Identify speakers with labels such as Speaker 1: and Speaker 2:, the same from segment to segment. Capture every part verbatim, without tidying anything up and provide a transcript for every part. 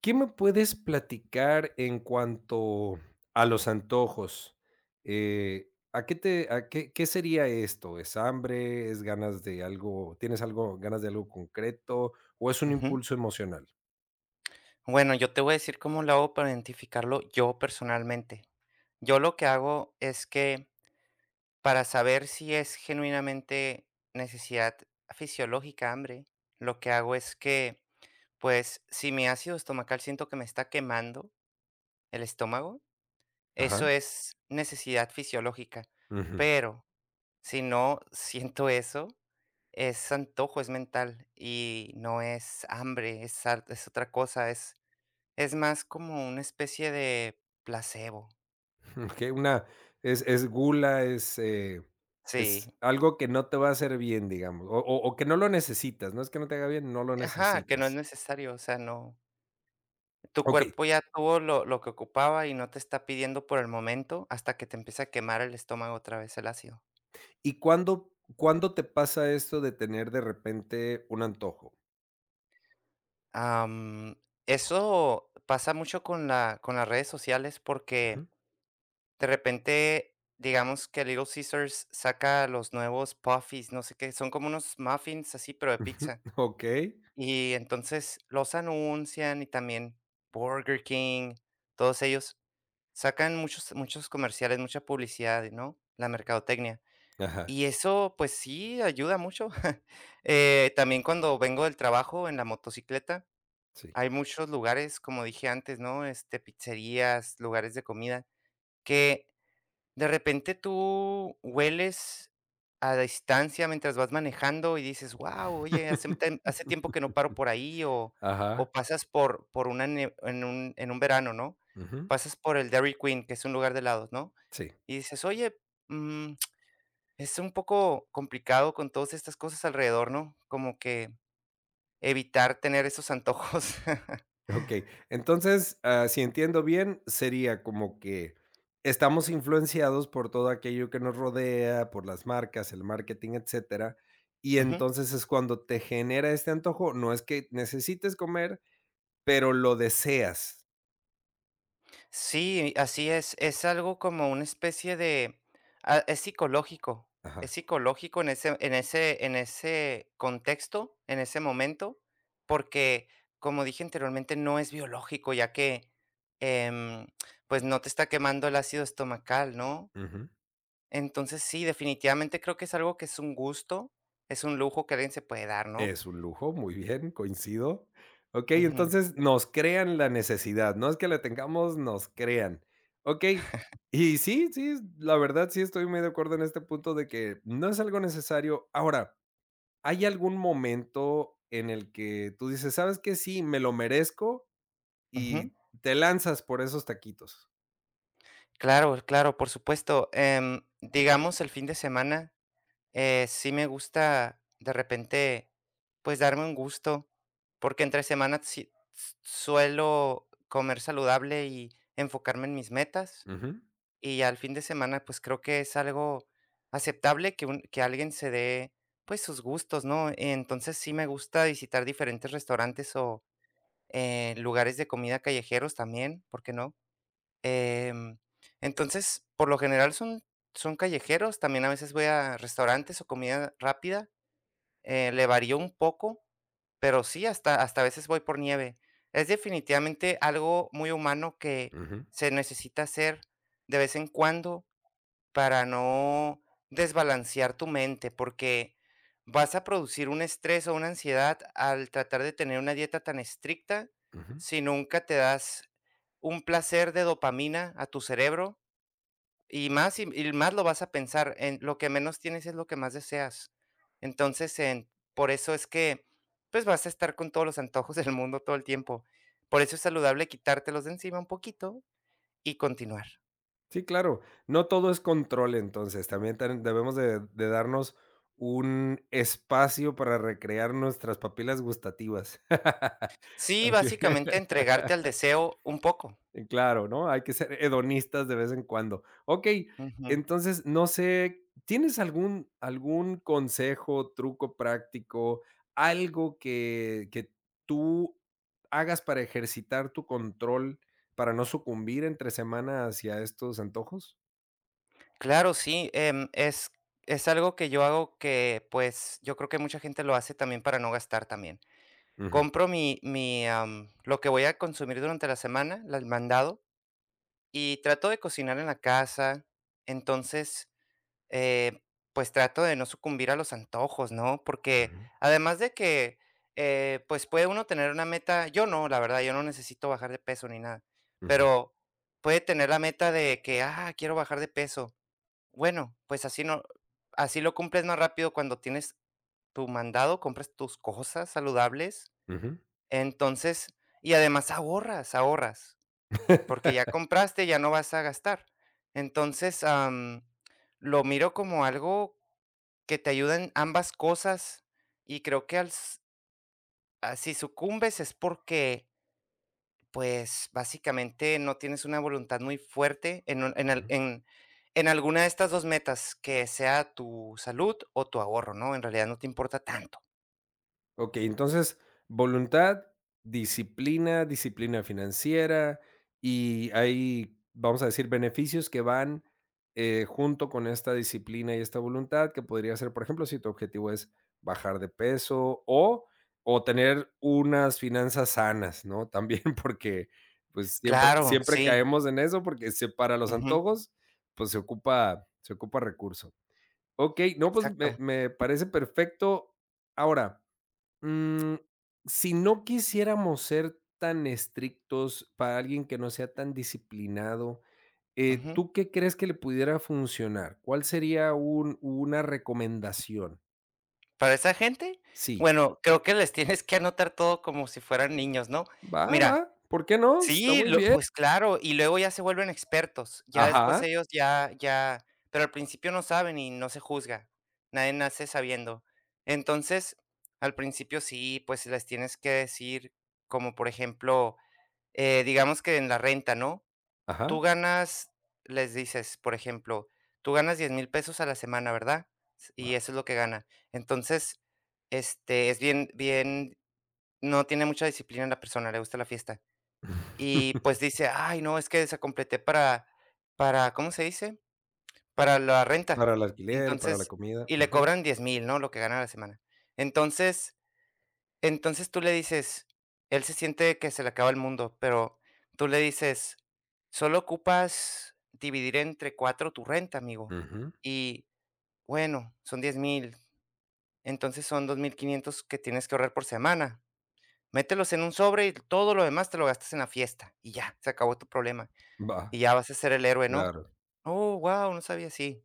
Speaker 1: ¿Qué me puedes platicar en cuanto a los antojos? Eh, ¿a qué te a qué qué sería esto? ¿Es hambre? ¿Es ganas de algo? ¿Tienes algo ganas de algo concreto? ¿O es un
Speaker 2: Ujú.
Speaker 1: impulso emocional?
Speaker 2: Bueno, yo te voy a decir cómo lo hago para identificarlo yo personalmente. Yo lo que hago es que para saber si es genuinamente necesidad fisiológica, hambre, lo que hago es que, pues, si mi ácido estomacal siento que me está quemando, el estómago, eso
Speaker 1: Ajá,
Speaker 2: es necesidad fisiológica,
Speaker 1: ujú.
Speaker 2: pero si no siento eso, es antojo, es mental y no es hambre, es, ar- es otra cosa, es, es más como una especie de placebo.
Speaker 1: Okey, una es es gula, es, eh, es
Speaker 2: Sí,
Speaker 1: algo que no te va a hacer bien, digamos, o o o que no lo necesitas, no es que no te haga bien, no lo
Speaker 2: ajá, que no es
Speaker 1: necesitas.
Speaker 2: necesario, o sea, no. Tu
Speaker 1: Okey,
Speaker 2: cuerpo ya tuvo lo, lo que ocupaba y no te está pidiendo por el momento hasta que te empieza a quemar el estómago otra vez el ácido.
Speaker 1: ¿y cuándo cuándo te pasa esto de tener de repente un antojo?
Speaker 2: Am, Eso pasa mucho con la, con las redes sociales porque de repente, digamos que Little Caesars saca los nuevos Puffies, no sé qué, son como unos muffins así, pero de
Speaker 1: Ujú,
Speaker 2: pizza.
Speaker 1: okey.
Speaker 2: Y entonces los anuncian y también Burger King, todos ellos sacan muchos, muchos comerciales, mucha publicidad, ¿no? La mercadotecnia.
Speaker 1: Ajá,
Speaker 2: Y eso, pues sí, ayuda mucho. Eh, también cuando vengo del trabajo en la motocicleta,
Speaker 1: sí.
Speaker 2: hay muchos lugares, como dije antes, ¿no? Este, pizzerías, lugares de comida, que ¿de repente tú hueles a distancia mientras vas manejando y dices: "Guau, oye, hace tem hace tiempo que no paro por ahí", o
Speaker 1: Ajá,
Speaker 2: o pasas por por una nie en un en un verano, ¿no?
Speaker 1: ujú,
Speaker 2: Pasas por el Dairy Queen, que es un lugar de helados, ¿no?
Speaker 1: sí,
Speaker 2: Y dices: "Oye, mm, es un poco complicado con todas estas cosas alrededor", ¿no? Como que evitar tener esos antojos.
Speaker 1: okey. Entonces, ah, si entiendo bien, sería como que estamos influenciados por todo aquello que nos rodea, por las marcas, el marketing, etcétera, y
Speaker 2: Ujú.
Speaker 1: entonces es cuando te genera este antojo, no es que necesites comer, pero lo deseas.
Speaker 2: Sí, así es. Es algo como una especie de ah, es psicológico, es
Speaker 1: Ajá,
Speaker 2: psicológico en ese en ese en ese contexto, en ese momento, porque, como dije anteriormente, no es biológico, ya que, em, pues, no te está quemando el ácido estomacal, ¿no?
Speaker 1: ujú.
Speaker 2: Entonces, sí, definitivamente creo que es algo que es un gusto, es un lujo que alguien se puede dar, ¿no?
Speaker 1: Es un lujo, muy bien, coincido. Okey,
Speaker 2: Ujú,
Speaker 1: entonces nos crean la necesidad, no es que la tengamos, nos crean. Okey, y sí, sí, la verdad sí estoy muy de acuerdo en este punto de que no es algo necesario. Ahora, ¿hay algún momento en el que tú dices: "¿Sabes que Sí, me lo merezco",
Speaker 2: ujú.
Speaker 1: y te lanzas por esos taquitos?
Speaker 2: Claro, claro, por supuesto. Em, digamos el fin de semana. Eh, sí me gusta de repente, pues, darme un gusto, porque entre semana sí s suelo comer saludable y enfocarme en mis metas,
Speaker 1: Ujú,
Speaker 2: y al fin de semana, pues, creo que es algo aceptable que un que alguien se dé, pues, sus gustos, ¿no? Entonces, sí me gusta visitar diferentes restaurantes o, eh, lugares de comida callejeros también, ¿por qué no? Em, entonces, por lo general son son callejeros, también a veces voy a restaurantes o comida rápida. Eh, le varió un poco, pero sí, hasta hasta a veces voy por nieve. Es definitivamente algo muy humano que
Speaker 1: ujú,
Speaker 2: se necesita hacer de vez en cuando para no desbalancear tu mente, porque vas a producir un estrés o una ansiedad al tratar de tener una dieta tan estricta
Speaker 1: ujú.
Speaker 2: si nunca te das un placer de dopamina a tu cerebro y más y y más lo vas a pensar, en lo que menos tienes es lo que más deseas. Entonces, en por eso es que, pues, vas a estar con todos los antojos del mundo todo el tiempo. Por eso es saludable quitártelos de encima un poquito y continuar.
Speaker 1: Sí, claro. No todo es control, entonces, también ten debemos de de darnos un espacio para recrear nuestras papilas gustativas.
Speaker 2: Sí,
Speaker 1: Okey.
Speaker 2: básicamente entregarte al deseo un poco.
Speaker 1: Claro, ¿no? Hay que ser hedonistas de vez en cuando. Okey,
Speaker 2: Ujú.
Speaker 1: entonces, no sé, ¿tienes algún algún consejo, truco práctico, algo que que tú hagas para ejercitar tu control, para no sucumbir entre semana hacia estos antojos?
Speaker 2: Claro, sí, em, es es algo que yo hago que, pues, yo creo que mucha gente lo hace también para no gastar también.
Speaker 1: Ujú,
Speaker 2: Compro mi mi, am, lo que voy a consumir durante la semana, la el mandado. Y trato de cocinar en la casa, entonces, eh, pues trato de no sucumbir a los antojos, ¿no? Porque
Speaker 1: ujú.
Speaker 2: además de que, eh, pues puede uno tener una meta, yo no, la verdad, yo no necesito bajar de peso ni nada,
Speaker 1: Ujú,
Speaker 2: pero puede tener la meta de que, ah, quiero bajar de peso. Bueno, pues así no, así lo cumples más rápido cuando tienes tu mandado, compras tus cosas saludables,
Speaker 1: ujú.
Speaker 2: entonces, y además ahorras, ahorras. Porque ya compraste, ya no vas a gastar. Entonces, am, lo miro como algo que te ayuda en ambas cosas, y creo que al s ah, si sucumbes es porque, pues, básicamente no tienes una voluntad muy fuerte en un en al
Speaker 1: Ujú.
Speaker 2: en en alguna de estas dos metas, que sea tu salud o tu ahorro, ¿no? En realidad no te importa tanto.
Speaker 1: Okey, entonces, voluntad, disciplina, disciplina financiera, y hay, vamos a decir, beneficios que van, eh, junto con esta disciplina y esta voluntad, que podría ser, por ejemplo, si tu objetivo es bajar de peso o o tener unas finanzas sanas, ¿no? También porque, pues, siempre
Speaker 2: Claro,
Speaker 1: siempre
Speaker 2: sí.
Speaker 1: caemos en eso, porque se para los
Speaker 2: Ujú.
Speaker 1: antojos, pues, se ocupa se ocupa recurso. Ok, no, pues me,
Speaker 2: Exacto.
Speaker 1: me parece perfecto. Ahora, mm, si no quisiéramos ser tan estrictos para alguien que no sea tan disciplinado, eh,
Speaker 2: Ujú.
Speaker 1: ¿tú qué crees que le pudiera funcionar? ¿Cuál sería un- una recomendación?
Speaker 2: Para esa gente,
Speaker 1: Sí,
Speaker 2: bueno, creo que les tienes que anotar todo como si fueran niños, ¿no?
Speaker 1: va,
Speaker 2: Mira,
Speaker 1: va, ¿por qué no? Está
Speaker 2: sí,
Speaker 1: muy
Speaker 2: lo
Speaker 1: bien.
Speaker 2: pues claro, y luego ya se vuelven expertos, ya después
Speaker 1: Ajá,
Speaker 2: ellos ya ya, pero al principio no saben y no se juzga, nadie nace sabiendo. Entonces, al principio sí, pues les tienes que decir, como por ejemplo, eh, digamos que en la renta, ¿no? Tú
Speaker 1: ajá,
Speaker 2: ganas, les dices, por ejemplo, tú ganas diez mil pesos a la semana, ¿verdad? S- Y
Speaker 1: va.
Speaker 2: eso es lo que gana. Entonces, este, es bien, bien, no tiene mucha disciplina la persona, le gusta la fiesta. Y pues dice, ay, no, es que completé para, para, ¿cómo se dice? Para la
Speaker 1: Para
Speaker 2: renta.
Speaker 1: el alquiler, para la
Speaker 2: Entonces,
Speaker 1: comida.
Speaker 2: y le
Speaker 1: Ujú,
Speaker 2: cobran diez mil, ¿no? Lo que gana a la semana. Entonces, entonces tú le dices él se siente que se le acaba el mundo, pero tú le dices: "Solo ocupas dividir entre cuatro tu renta, amigo,
Speaker 1: ujú.
Speaker 2: y bueno, son diez mil, entonces son dos mil quinientos que tienes que ahorrar por semana. Mételos en un sobre y todo lo demás te lo gastas en la fiesta, y ya, se acabó tu problema,
Speaker 1: Va,
Speaker 2: y ya vas a ser el héroe", ¿no?
Speaker 1: claro.
Speaker 2: "Oh, guau, no sabía", así.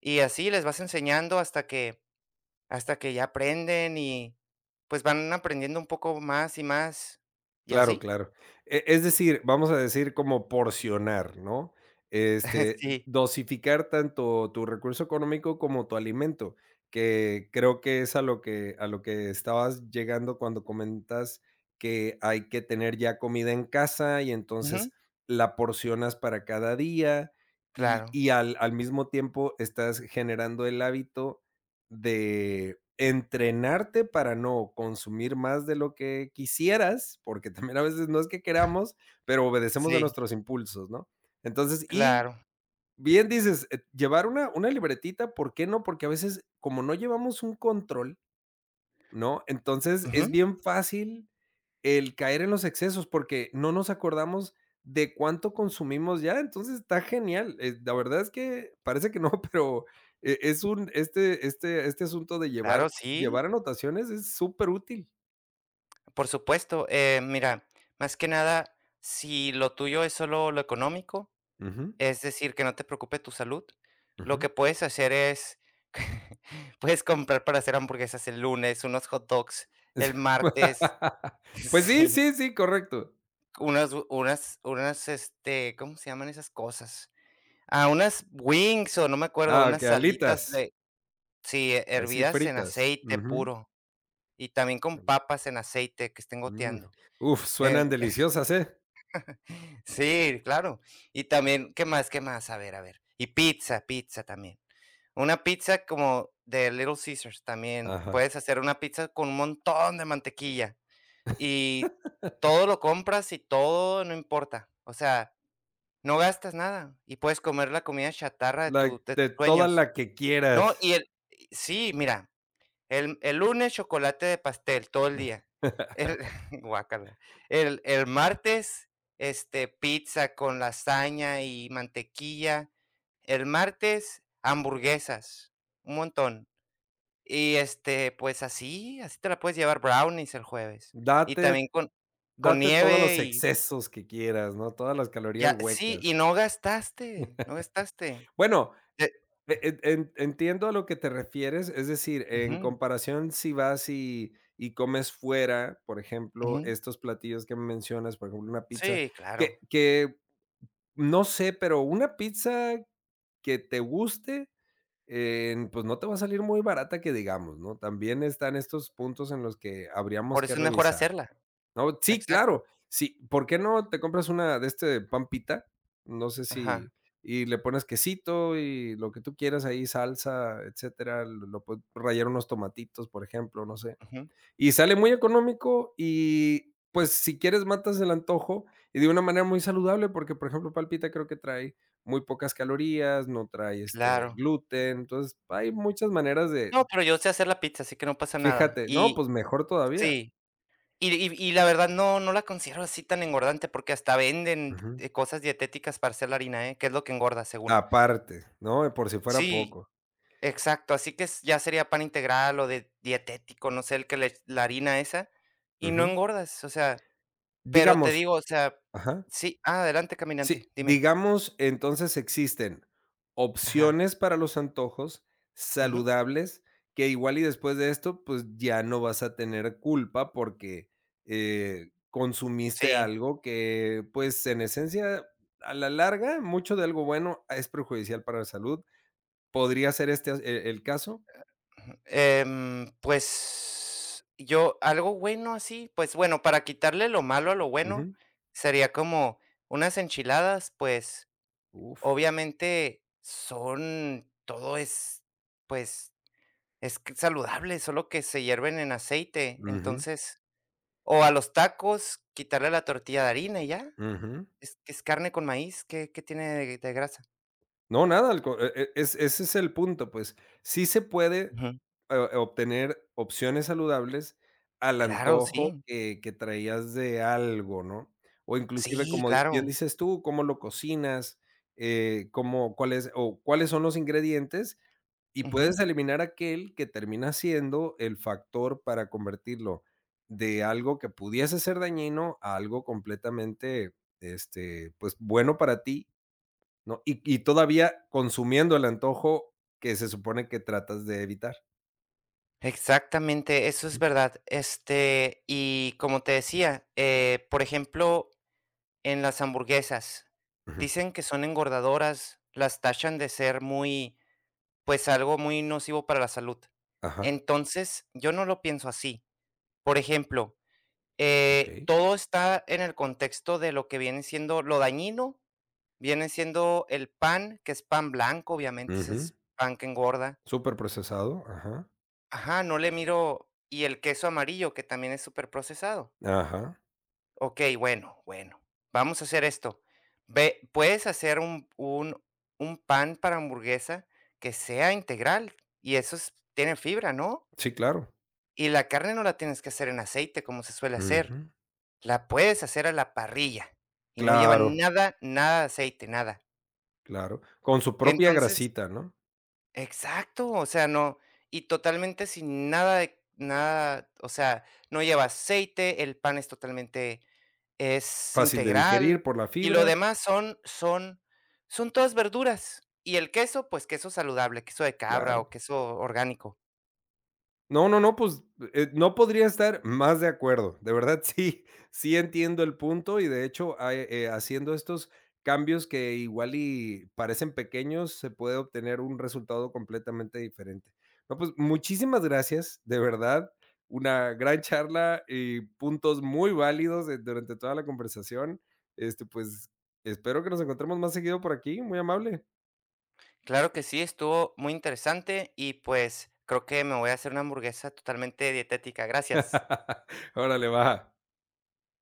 Speaker 2: Y así les vas enseñando hasta que hasta que ya aprenden y, pues, van aprendiendo un poco más y más, y
Speaker 1: Claro,
Speaker 2: así.
Speaker 1: claro. E es decir, vamos a decir como porcionar, ¿no? Este,
Speaker 2: Sí.
Speaker 1: dosificar tanto tu recurso económico como tu alimento, que creo que es a lo que a lo que estabas llegando cuando comentas que hay que tener ya comida en casa y
Speaker 2: Ujú.
Speaker 1: entonces la porcionas para cada día y
Speaker 2: Claro.
Speaker 1: y al al mismo tiempo estás generando el hábito de entrenarte para no consumir más de lo que quisieras, porque también a veces no es que queramos, pero obedecemos a
Speaker 2: Sí,
Speaker 1: nuestros impulsos, ¿no? Entonces, y
Speaker 2: claro.
Speaker 1: bien dices, eh, llevar una, una libretita, ¿por qué no? Porque a veces, como no llevamos un control, ¿no? Entonces
Speaker 2: Ujú.
Speaker 1: es bien fácil el caer en los excesos, porque no nos acordamos de cuánto consumimos ya, entonces está genial. Eh, la verdad es que parece que no, pero eh, es un, este, este, este asunto de
Speaker 2: Claro,
Speaker 1: llevar,
Speaker 2: sí,
Speaker 1: llevar anotaciones es súper útil.
Speaker 2: por supuesto. Eh, mira, más que nada, si lo tuyo es solo lo económico,
Speaker 1: Ujú,
Speaker 2: es decir, que no te preocupe tu salud, lo que
Speaker 1: ujú.
Speaker 2: puedes hacer es, puedes comprar para hacer hamburguesas el lunes, unos hot dogs el martes,
Speaker 1: Pues sí,
Speaker 2: sí,
Speaker 1: sí, sí, correcto.
Speaker 2: unas unas unas, este, ¿cómo se llaman esas cosas? Ah, unas wings, o no me acuerdo,
Speaker 1: Ah, que
Speaker 2: unas alitas
Speaker 1: alitas,
Speaker 2: de sí, eh,
Speaker 1: así
Speaker 2: hervidas en
Speaker 1: fritas.
Speaker 2: aceite
Speaker 1: Ujú,
Speaker 2: puro, y también con papas en aceite que estén
Speaker 1: mm.
Speaker 2: goteando.
Speaker 1: Uf, suenan
Speaker 2: En
Speaker 1: deliciosas, ¿eh?
Speaker 2: sí, claro. Y también, ¿qué más? ¿Qué más? A ver, a ver. Y pizza, pizza también. Una pizza como de Little Caesars también.
Speaker 1: Ajá.
Speaker 2: Puedes hacer una pizza con un montón de mantequilla, y todo lo compras y todo, no importa. O sea, no gastas nada, y puedes comer la comida chatarra de
Speaker 1: La,
Speaker 2: tu de tus
Speaker 1: de toda
Speaker 2: sueños.
Speaker 1: la que
Speaker 2: No, y
Speaker 1: quieras.
Speaker 2: el sí, mira, el el lunes chocolate de pastel todo el día. El guácala. El el martes, este, pizza con lasaña y mantequilla. El martes, hamburguesas, un montón. Y, este, pues así, así te la puedes llevar, brownies el jueves. Y
Speaker 1: Date
Speaker 2: también con con
Speaker 1: Date todos
Speaker 2: nieve
Speaker 1: los
Speaker 2: y
Speaker 1: excesos que quieras, ¿no? Todas las calorías
Speaker 2: ya sí, y
Speaker 1: huecas.
Speaker 2: no gastaste, no gastaste.
Speaker 1: Bueno,
Speaker 2: Te
Speaker 1: e en en entiendo a lo que te refieres, es decir, en
Speaker 2: ujú,
Speaker 1: comparación, si vas y y comes fuera, por ejemplo,
Speaker 2: ujú.
Speaker 1: estos platillos que mencionas, por ejemplo, una pizza,
Speaker 2: Sí, claro.
Speaker 1: que que no sé, pero una pizza que te guste, eh, pues, no te va a salir muy barata que digamos, ¿no? También están estos puntos en los que habríamos
Speaker 2: Por
Speaker 1: que
Speaker 2: eso es mejor
Speaker 1: revisar.
Speaker 2: hacerla.
Speaker 1: No, sí,
Speaker 2: Exacto,
Speaker 1: claro. Sí, ¿por qué no te compras una de este pan? No sé
Speaker 2: ajá,
Speaker 1: si y le pones quesito y lo que tú quieras ahí, salsa, etcétera, lo, lo puedes rayar unos tomatitos, por ejemplo, no sé.
Speaker 2: ujú,
Speaker 1: Y sale muy económico y pues si quieres matas el antojo y de una manera muy saludable porque por ejemplo palpita creo que trae muy pocas calorías, no trae este
Speaker 2: claro.
Speaker 1: gluten, entonces hay muchas maneras de,
Speaker 2: No, pero yo sé hacer la pizza, así que no pasa nada.
Speaker 1: fíjate, no,
Speaker 2: Y
Speaker 1: pues mejor todavía.
Speaker 2: sí, y y y la verdad no no la considero así tan engordante, porque hasta venden,
Speaker 1: Ujú.
Speaker 2: eh, cosas dietéticas para hacer la harina, ¿eh? Que es lo que engorda, según.
Speaker 1: Aparte, ¿no? Por si fuera
Speaker 2: Sí,
Speaker 1: poco.
Speaker 2: exacto, así que es ya sería pan integral o de dietético, no sé, el que le la harina esa, y no
Speaker 1: Ujú.
Speaker 2: engordas, o sea, pero te
Speaker 1: Digamos
Speaker 2: digo, o sea
Speaker 1: Ajá.
Speaker 2: sí, ah, adelante, caminante,
Speaker 1: Sí,
Speaker 2: dime.
Speaker 1: digamos, entonces existen
Speaker 2: Ajá,
Speaker 1: opciones para los antojos
Speaker 2: ujú,
Speaker 1: saludables que igual y después de esto, pues, ya no vas a tener culpa porque, eh, consumiste
Speaker 2: sí.
Speaker 1: algo que, pues, en esencia, a la larga, mucho de algo bueno es perjudicial para la salud. ¿Podría ser este, eh, el caso?
Speaker 2: Em, pues, yo algo bueno así, pues, bueno, para quitarle lo malo a lo bueno,
Speaker 1: Ujú.
Speaker 2: sería como unas enchiladas, pues,
Speaker 1: Uf.
Speaker 2: obviamente son todo es, pues, es q saludable, solo que se hierven en aceite,
Speaker 1: Ujú,
Speaker 2: entonces o a los tacos, quitarle la tortilla de harina y ya,
Speaker 1: ujú.
Speaker 2: es es carne con maíz, ¿qué qué tiene de de grasa?
Speaker 1: No, nada, al co- e- e- es- ese es el punto, pues sí se puede
Speaker 2: Ujú.
Speaker 1: eh, obtener opciones saludables al
Speaker 2: Claro,
Speaker 1: antojo
Speaker 2: sí.
Speaker 1: que, que traías de algo, ¿no? O inclusive,
Speaker 2: Sí,
Speaker 1: como di- bien
Speaker 2: claro.
Speaker 1: dices tú, cómo lo cocinas, eh, cómo, cuáles o cuáles son los ingredientes, y
Speaker 2: Ujú.
Speaker 1: puedes eliminar aquel que termina siendo el factor para convertirlo de algo que pudiese ser dañino a algo completamente, este, pues bueno para ti ¿no? Y, y todavía consumiendo el antojo que se supone que tratas de evitar.
Speaker 2: Exactamente, eso es
Speaker 1: Ujú.
Speaker 2: verdad. Este, y como te decía, eh, por ejemplo, en las hamburguesas,
Speaker 1: Ujú.
Speaker 2: dicen que son engordadoras, las tachan de ser muy, pues algo muy nocivo para la salud.
Speaker 1: Ajá.
Speaker 2: Entonces, yo no lo pienso así. Por ejemplo,
Speaker 1: Ok.
Speaker 2: eh, todo está en el contexto de lo que viene siendo lo dañino, viene siendo el pan, que es pan blanco, obviamente ese
Speaker 1: Ujú.
Speaker 2: es pan que engorda.
Speaker 1: Súper procesado. Ajá.
Speaker 2: Ajá, no le miro, y el queso amarillo, que también es súper procesado.
Speaker 1: Ajá.
Speaker 2: Okey, bueno, bueno, vamos a hacer esto. Ve, puedes hacer un un un pan para hamburguesa que sea integral, y eso es tiene fibra, ¿no?
Speaker 1: Sí, claro.
Speaker 2: Y la carne no la tienes que hacer en aceite, como se suele
Speaker 1: Ujú.
Speaker 2: hacer. La puedes hacer a la parrilla, y no lleva
Speaker 1: Claro,
Speaker 2: nada, nada de aceite, nada.
Speaker 1: claro. Con su propia
Speaker 2: Entonces
Speaker 1: grasita, ¿no?
Speaker 2: Exacto, o sea, no, y totalmente sin nada de nada, o sea, no lleva aceite, el pan es totalmente es
Speaker 1: Fácil de
Speaker 2: integral,
Speaker 1: digerir por la
Speaker 2: y lo
Speaker 1: fibra.
Speaker 2: demás son son son todas verduras, y el queso, pues, queso saludable, queso de cabra
Speaker 1: Claro.
Speaker 2: o queso orgánico.
Speaker 1: No, no, no, pues eh, no podría estar más de acuerdo. De verdad, sí, sí entiendo el punto y de hecho a- eh, haciendo estos cambios que igual y parecen pequeños, se puede obtener un resultado completamente diferente. No, pues muchísimas gracias, de verdad. Una gran charla y puntos muy válidos de- durante toda la conversación. Este, pues espero que nos encontremos más seguido por aquí. Muy amable.
Speaker 2: Claro que sí, estuvo muy interesante y, pues, creo que me voy a hacer una hamburguesa totalmente dietética. Gracias.
Speaker 1: Órale, va.